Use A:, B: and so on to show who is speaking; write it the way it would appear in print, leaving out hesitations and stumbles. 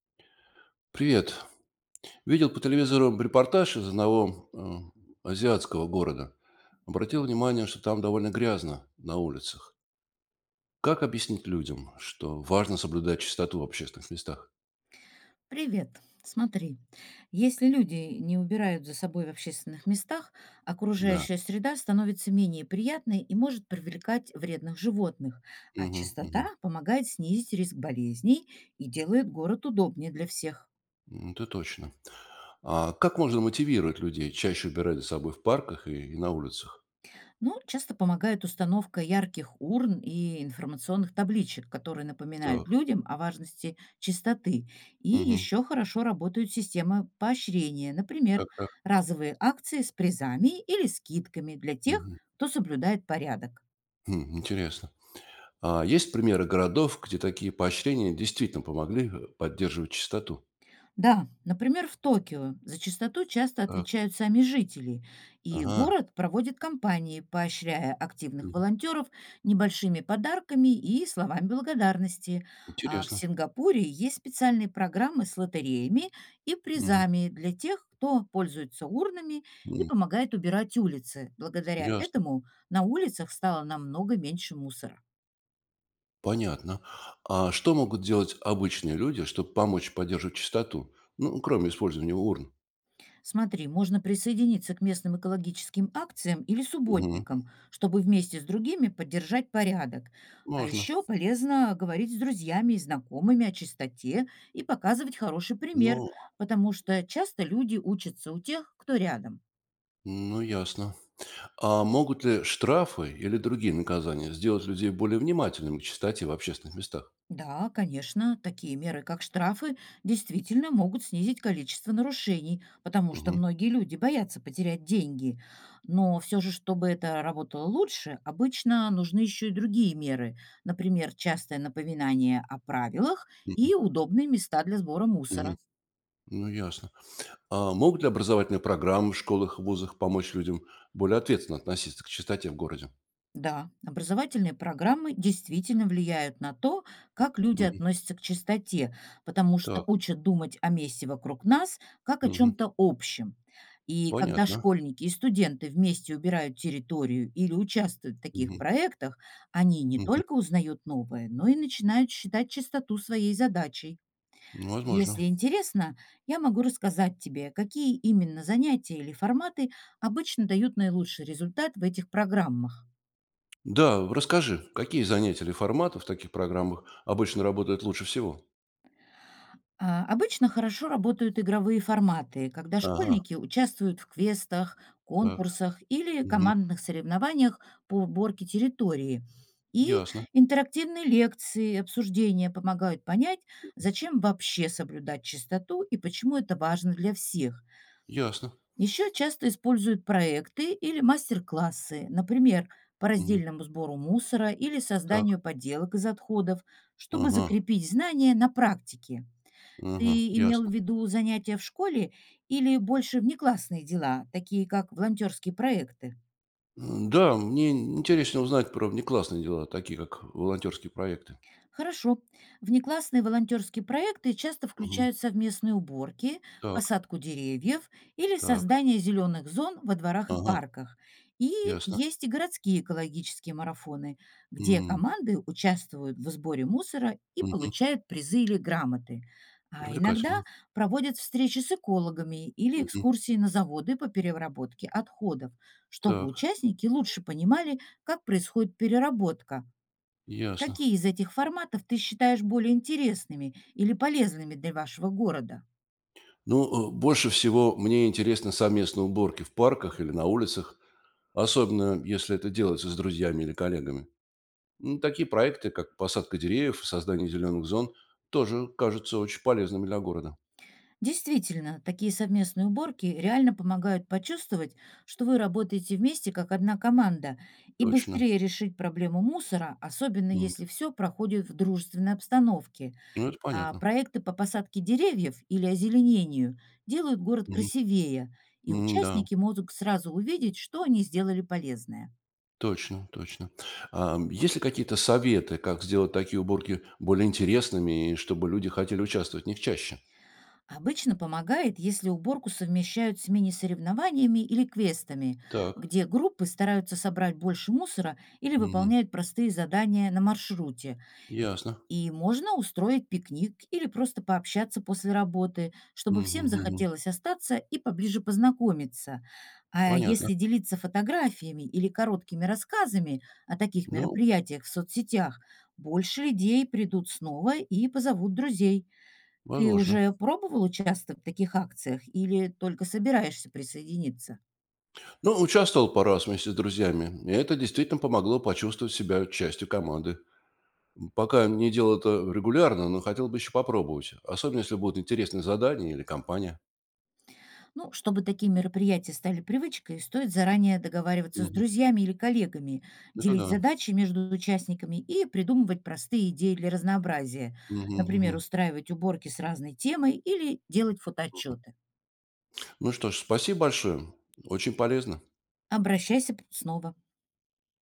A: Привет. Видел по телевизору репортаж из одного азиатского города. Обратил внимание, что там довольно грязно на улицах. Как объяснить людям, что важно соблюдать чистоту в общественных местах?
B: Привет. Смотри, если люди не убирают за собой в общественных местах,
A: Да.
B: окружающая среда становится менее приятной и может привлекать вредных животных, а
A: Мгм,
B: чистота
A: мгм.
B: помогает снизить риск болезней и делает город удобнее для всех.
A: М, это точно. А как можно мотивировать людей чаще убирать за собой в парках и на улицах?
B: Ну, часто помогает установка ярких урн и информационных табличек, которые напоминают
A: Так.
B: людям о важности чистоты. И
A: Мгм.
B: еще хорошо работают системы поощрения, например,
A: Так, так.
B: разовые акции с призами или скидками для тех,
A: Мгм.
B: кто соблюдает порядок.
A: Хм, интересно. А есть примеры городов, где такие поощрения действительно помогли поддерживать чистоту?
B: Да, например, в Токио за чистоту часто
A: Так.
B: отвечают сами жители, и
A: Ага.
B: город проводит кампании, поощряя активных волонтеров небольшими подарками и словами благодарности. А в
A: Интересно.
B: Сингапуре есть специальные программы с лотереями и
A: Мгм.
B: призами для тех, кто пользуется урнами и
A: М.
B: помогает убирать улицы. Благодаря
A: Ясно.
B: этому на улицах стало намного меньше мусора.
A: Понятно. А что могут делать обычные люди, чтобы помочь поддерживать чистоту? Ну, кроме использования урн.
B: Смотри, можно присоединиться к местным экологическим акциям или
A: Мгм.
B: субботникам, чтобы вместе с другими поддержать порядок. А
A: Можно.
B: еще полезно говорить с друзьями и знакомыми о чистоте и показывать хороший пример,
A: Ну,
B: потому что часто люди учатся у тех, кто рядом.
A: ну, ясно. А могут ли штрафы или другие наказания сделать людей более внимательными к чистоте в общественных местах?
B: Да, конечно, такие меры, как штрафы, действительно могут снизить количество нарушений, потому что
A: Мгм.
B: многие люди боятся потерять деньги. Но все же, чтобы это работало лучше, обычно нужны еще и другие меры, например, частое напоминание о правилах
A: Мгм.
B: и удобные места для сбора
A: Мгм.
B: мусора.
A: Ну, ясно. А могут ли образовательные программы в школах, вузах помочь людям более ответственно относиться к чистоте в городе?
B: Да, образовательные программы действительно влияют на то, как люди
A: Мгм.
B: относятся к чистоте, потому что
A: Так.
B: учат думать о месте вокруг нас как о
A: Мгм.
B: чем-то общем. И когда
A: Понятно.
B: школьники и студенты вместе убирают территорию или участвуют в таких
A: Мгм.
B: проектах, они не
A: Мгм.
B: только узнают новое, но и начинают считать чистоту своей задачей.
A: Ну, возможно.
B: Если интересно, я могу рассказать тебе, какие именно занятия или форматы обычно дают наилучший результат в этих программах.
A: Да, расскажи, какие занятия или форматы в таких программах обычно работают лучше всего?
B: Обычно хорошо работают игровые форматы, когда
A: Ага,
B: школьники участвуют в квестах,
A: так,
B: конкурсах или
A: мгм,
B: командных соревнованиях по уборке территории. И
A: ясно,
B: интерактивные лекции, обсуждения помогают понять, зачем вообще соблюдать чистоту и почему это важно для всех.
A: ясно,
B: Еще часто используют проекты или мастер-классы, например, по
A: мгм,
B: раздельному сбору мусора или
A: так,
B: созданию поделок из отходов, чтобы
A: ага,
B: закрепить знания на практике.
A: ага,
B: Ты имел в
A: ясно.
B: виду занятия в школе или больше внеклассные дела, такие как волонтерские проекты?
A: М, да, мне интересно узнать про внеклассные дела, такие как волонтерские проекты.
B: Хорошо. Внеклассные волонтерские проекты часто
A: Мгм,
B: включают совместные уборки,
A: так,
B: посадку деревьев или
A: так,
B: создание зеленых зон во дворах и
A: ага,
B: парках. И
A: ясно.
B: есть и городские экологические марафоны, где
A: М,
B: команды участвуют в сборе мусора и
A: мгм,
B: получают призы или грамоты. А иногда
A: привлекательно.
B: проводят встречи с экологами или
A: Мгм,
B: экскурсии на заводы по переработке отходов, чтобы
A: так,
B: участники лучше понимали, как происходит переработка.
A: ясно.
B: Какие из этих форматов ты считаешь более интересными или полезными для вашего города?
A: Ну, больше всего мне интересны совместные уборки в парках или на улицах, особенно если это делается с друзьями или коллегами. Ну, такие проекты, как посадка деревьев и создание зеленых зон, тоже кажутся очень полезными для города.
B: Действительно, такие совместные уборки реально помогают почувствовать, что вы работаете вместе как одна команда, и
A: Точно.
B: быстрее решить проблему мусора, особенно
A: М.
B: если все проходит в дружественной обстановке.
A: Ну, это
B: А
A: понятно.
B: проекты по посадке деревьев или озеленению делают город
A: Мгм.
B: красивее, и
A: М, да,
B: участники могут сразу увидеть, что они сделали полезное.
A: точно, точно. А, м, есть ли какие-то советы, как сделать такие уборки более интересными, и чтобы люди хотели участвовать в них чаще?
B: Обычно помогает, если уборку совмещают с мини-соревнованиями или квестами,
A: Так,
B: где группы стараются собрать больше мусора или
A: мгм.
B: выполняют простые задания на маршруте.
A: Ясно.
B: И можно устроить пикник или просто пообщаться после работы, чтобы
A: Мгм,
B: всем
A: мгм.
B: захотелось остаться и поближе познакомиться. А
A: Понятно.
B: если делиться фотографиями или короткими рассказами о таких
A: Ну,
B: мероприятиях в соцсетях, больше людей придут снова и позовут друзей. Ты
A: возможно.
B: уже пробовал участвовать в таких акциях или только собираешься присоединиться?
A: Ну, участвовал пару раз вместе с друзьями, и это действительно помогло почувствовать себя частью команды. Пока не делал это регулярно, но хотел бы еще попробовать, особенно если будут интересные задания или компания.
B: Ну, чтобы такие мероприятия стали привычкой, стоит заранее договариваться с
A: Мгм.
B: друзьями или коллегами,
A: Это
B: делить
A: да.
B: задачи между участниками и придумывать простые идеи для разнообразия.
A: Мгм,
B: Например,
A: мгм.
B: устраивать уборки с разной темой или делать фотоотчеты.
A: Ну что ж, спасибо большое. Очень полезно.
B: Обращайся снова.